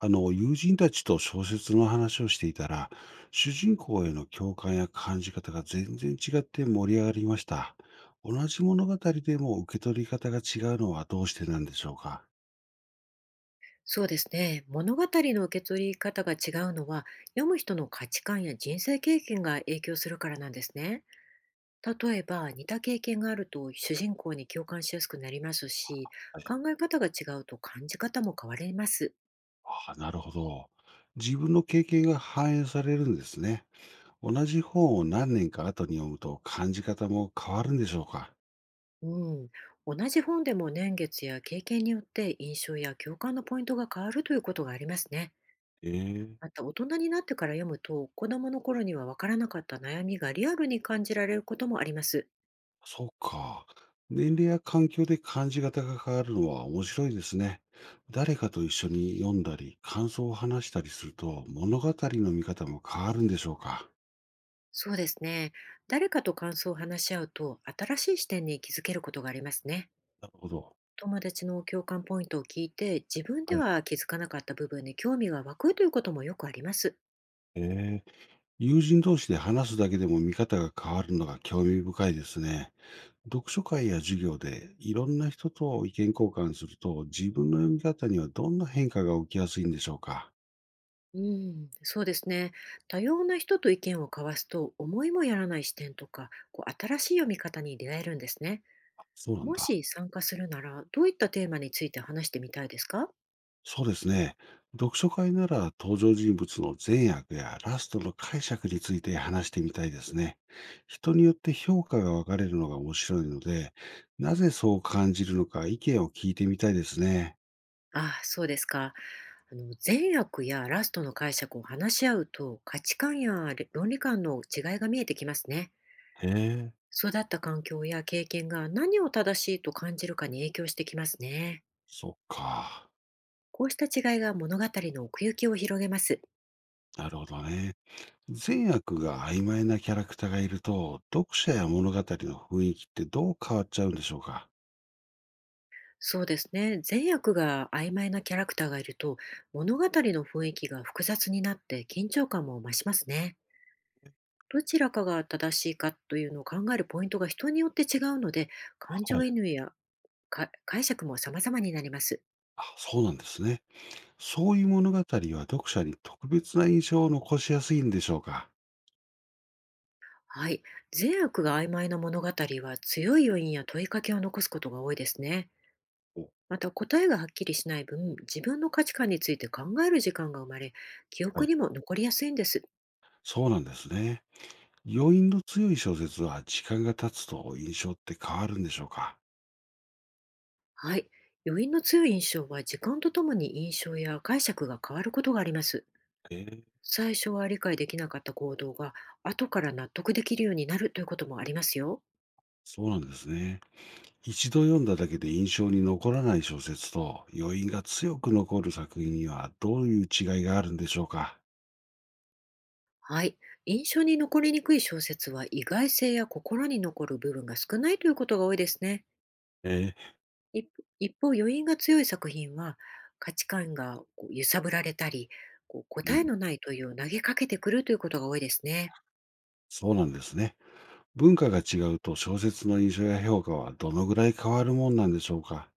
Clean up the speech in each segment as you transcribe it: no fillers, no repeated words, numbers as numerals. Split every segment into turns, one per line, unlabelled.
友人たちと小説の話をしていたら、主人公への共感や感じ方が全然違って盛り上がりました。同じ物語でも受け取り方が違うのはどうしてなんでしょうか？
そうですね。物語の受け取り方が違うのは、読む人の価値観や人生経験が影響するからなんですね。例えば、似た経験があると主人公に共感しやすくなりますし、
はい。
考え方が違うと感じ方も変わります。
ああ、なるほど。自分の経験が反映されるんですね。同じ本を何年か後に読むと感じ方も変わるんでしょうか？
うん。同じ本でも年月や経験によって印象や共感のポイントが変わるということがありますね。
ええ。
また、大人になってから読むと、子供の頃にはわからなかった悩みがリアルに感じられることもあります。
そうか。年齢や環境で感じ方が変わるのは面白いですね。誰かと一緒に読んだり、感想を話したりすると、物語の見方も変わるんでしょうか。
そうですね。誰かと感想を話し合うと、新しい視点に気づけることがありますね。
なるほど。
友達の共感ポイントを聞いて、自分で
はい。
は気づかなかった部分に興味が湧くということもよくあります。
えー、友人同士で話すだけでも見方が変わるのが興味深いですね。読書会や授業でいろんな人と意見交換すると、自分の読み方にはどんな変化が起きやすいんでしょうか。
うん、そうですね。多様な人と意見を交わすと、思いもやらない視点とか、こう新しい読み方に出会えるんですね。
あ、そうなん
も
だ。
し参加するなら、どういったテーマについて話してみたいですか？
そうですね。読書会なら登場人物の善悪やラストの解釈について話してみたいですね。人によって評価が分かれるのが面白いので、なぜそう感じるのか意見を聞いてみたいですね。
ああ、そうですか。あの善悪やラストの解釈を話し合うと、価値観やれ論理観の違いが見えてきますね。
へえ。
育った環境や経験が、何を正しいと感じるかに影響してきますね。
そっか。
こうした違いが物語の奥行きを広げます。
なるほどね。善悪が曖昧なキャラクターがいると、読者や物語の雰囲気ってどう変わっちゃうんでしょうか？
そうですね。善悪が曖昧なキャラクターがいると、物語の雰囲気が複雑になって緊張感も増しますね。どちらかが正しいかというのを考えるポイントが人によって違うので、感
は
情
い。
移入やか解釈も様々になります。
あ、そうなんですね。そういう物語は読者に特別な印象を残しやすいんでしょうか？
はい。善悪が曖昧な物語は、強い余韻や問いかけを残すことが多いですね。
お、
また、答えがはっきりしない分、自分の価値観について考える時間が生まれ、記
は
憶
い。
にも残りやすいんです。
そうなんですね。余韻の強い小説は時間が経つと印象って変わるんでしょうか？
はい。余韻の強い印象は、時間とともに印象や解釈が変わることがあります。
ええ、
最初は理解できなかった行動が、後から納得できるようになるということもありますよ。
そうなんですね。一度読んだだけで印象に残らない小説と余韻が強く残る作品にはどういう違いがあるんでしょうか？
はい。印象に残りにくい小説は、意外性や心に残る部分が少ないということが多いですね。
え
一一方、余韻が強い作品は、価値観がこう揺さぶられたり、こう
え、う
答え
ん、
のない問いを投げかけてくるということが多いですね。
そうなんですね。文化が違うと小説の印象や評価はどのぐらい変わるもんなんでしょうか？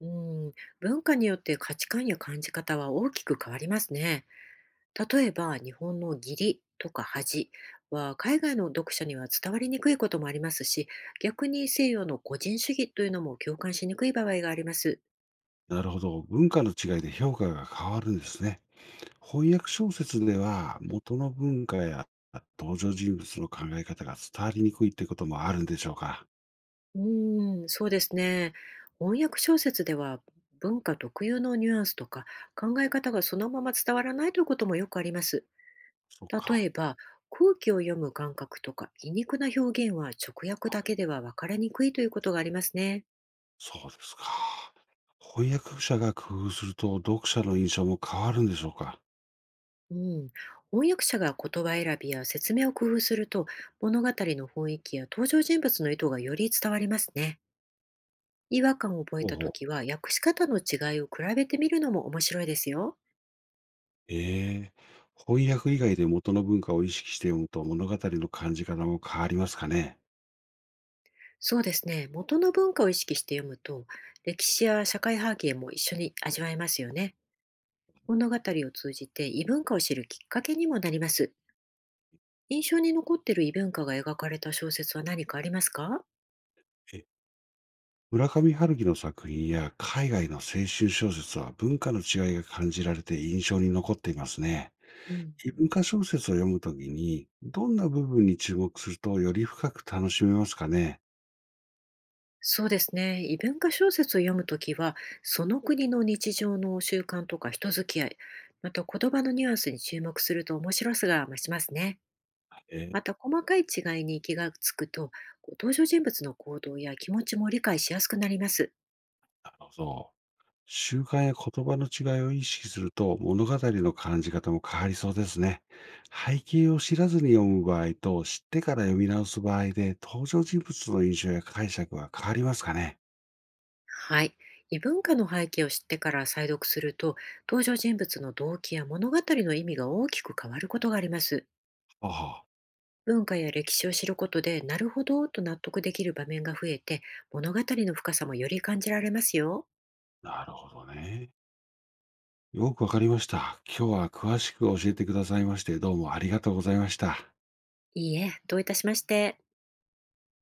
うん、文化によって価値観や感じ方は大きく変わりますね。例えば、日本の義理とか恥は、海外の読者には伝わりにくいこともありますし、逆に西洋の個人主義というのも共感しにくい場合があります。
なるほど、文化の違いで評価が変わるんですね。翻訳小説では元の文化や登場人物の考え方が伝わりにくいってこともあるんでしょうか？
うーん、そうですね。翻訳小説では、文化特有のニュアンスとか考え方がそのまま伝わらないということもよくあります。
そっ
例
か。
えば、空気を読む感覚とか皮肉な表現は、直訳だけでは分かりにくいということがありますね。
そうですか。翻訳者が工夫すると読者の印象も変わるんでしょうか？
うん、翻訳者が言葉選びや説明を工夫すると、物語の雰囲気や登場人物の意図がより伝わりますね。違和感を覚え
ほう
た
ほ
時
う。
は、訳し方の違いを比べてみるのも面白いですよ。
ええ。翻訳以外で元の文化を意識して読むと物語の感じ方も変わりますかね？
そうですね。元の文化を意識して読むと、歴史や社会背景も一緒に味わえますよね。物語を通じて異文化を知るきっかけにもなります。印象に残っている異文化が描かれた小説は何かありますか？
え、村上春樹の作品や海外の青春小説は文化の違いが感じられて印象に残っていますね。
うん、
異文化小説を読むときに、どんな部分に注目するとより深く楽しめますかね？
そうですね。異文化小説を読むときは、その国の日常の習慣とか人付き合い、また言葉のニュアンスに注目すると面白さが増しますね。ま
な
た、細かい違いに気がつくと、こう登場人物の行動や気持ちも理解しやすくなります。
るほど。習慣や言葉の違いを意識すると物語の感じ方も変わりそうですね。背景を知らずに読む場合と知ってから読み直す場合で登場人物の印象や解釈は変わりますかね？
はい。異文化の背景を知ってから再読すると、登場人物の動機や物語の意味が大きく変わることがあります。
あ、
文化や歴史を知ることで、なるほどと納得できる場面が増えて、物語の深さもより感じられますよ。
あ、なるほどね。よくわかりました。今日は詳しく教えてくださいましてどうもありがとうございました。
いいえ、どういたしまして。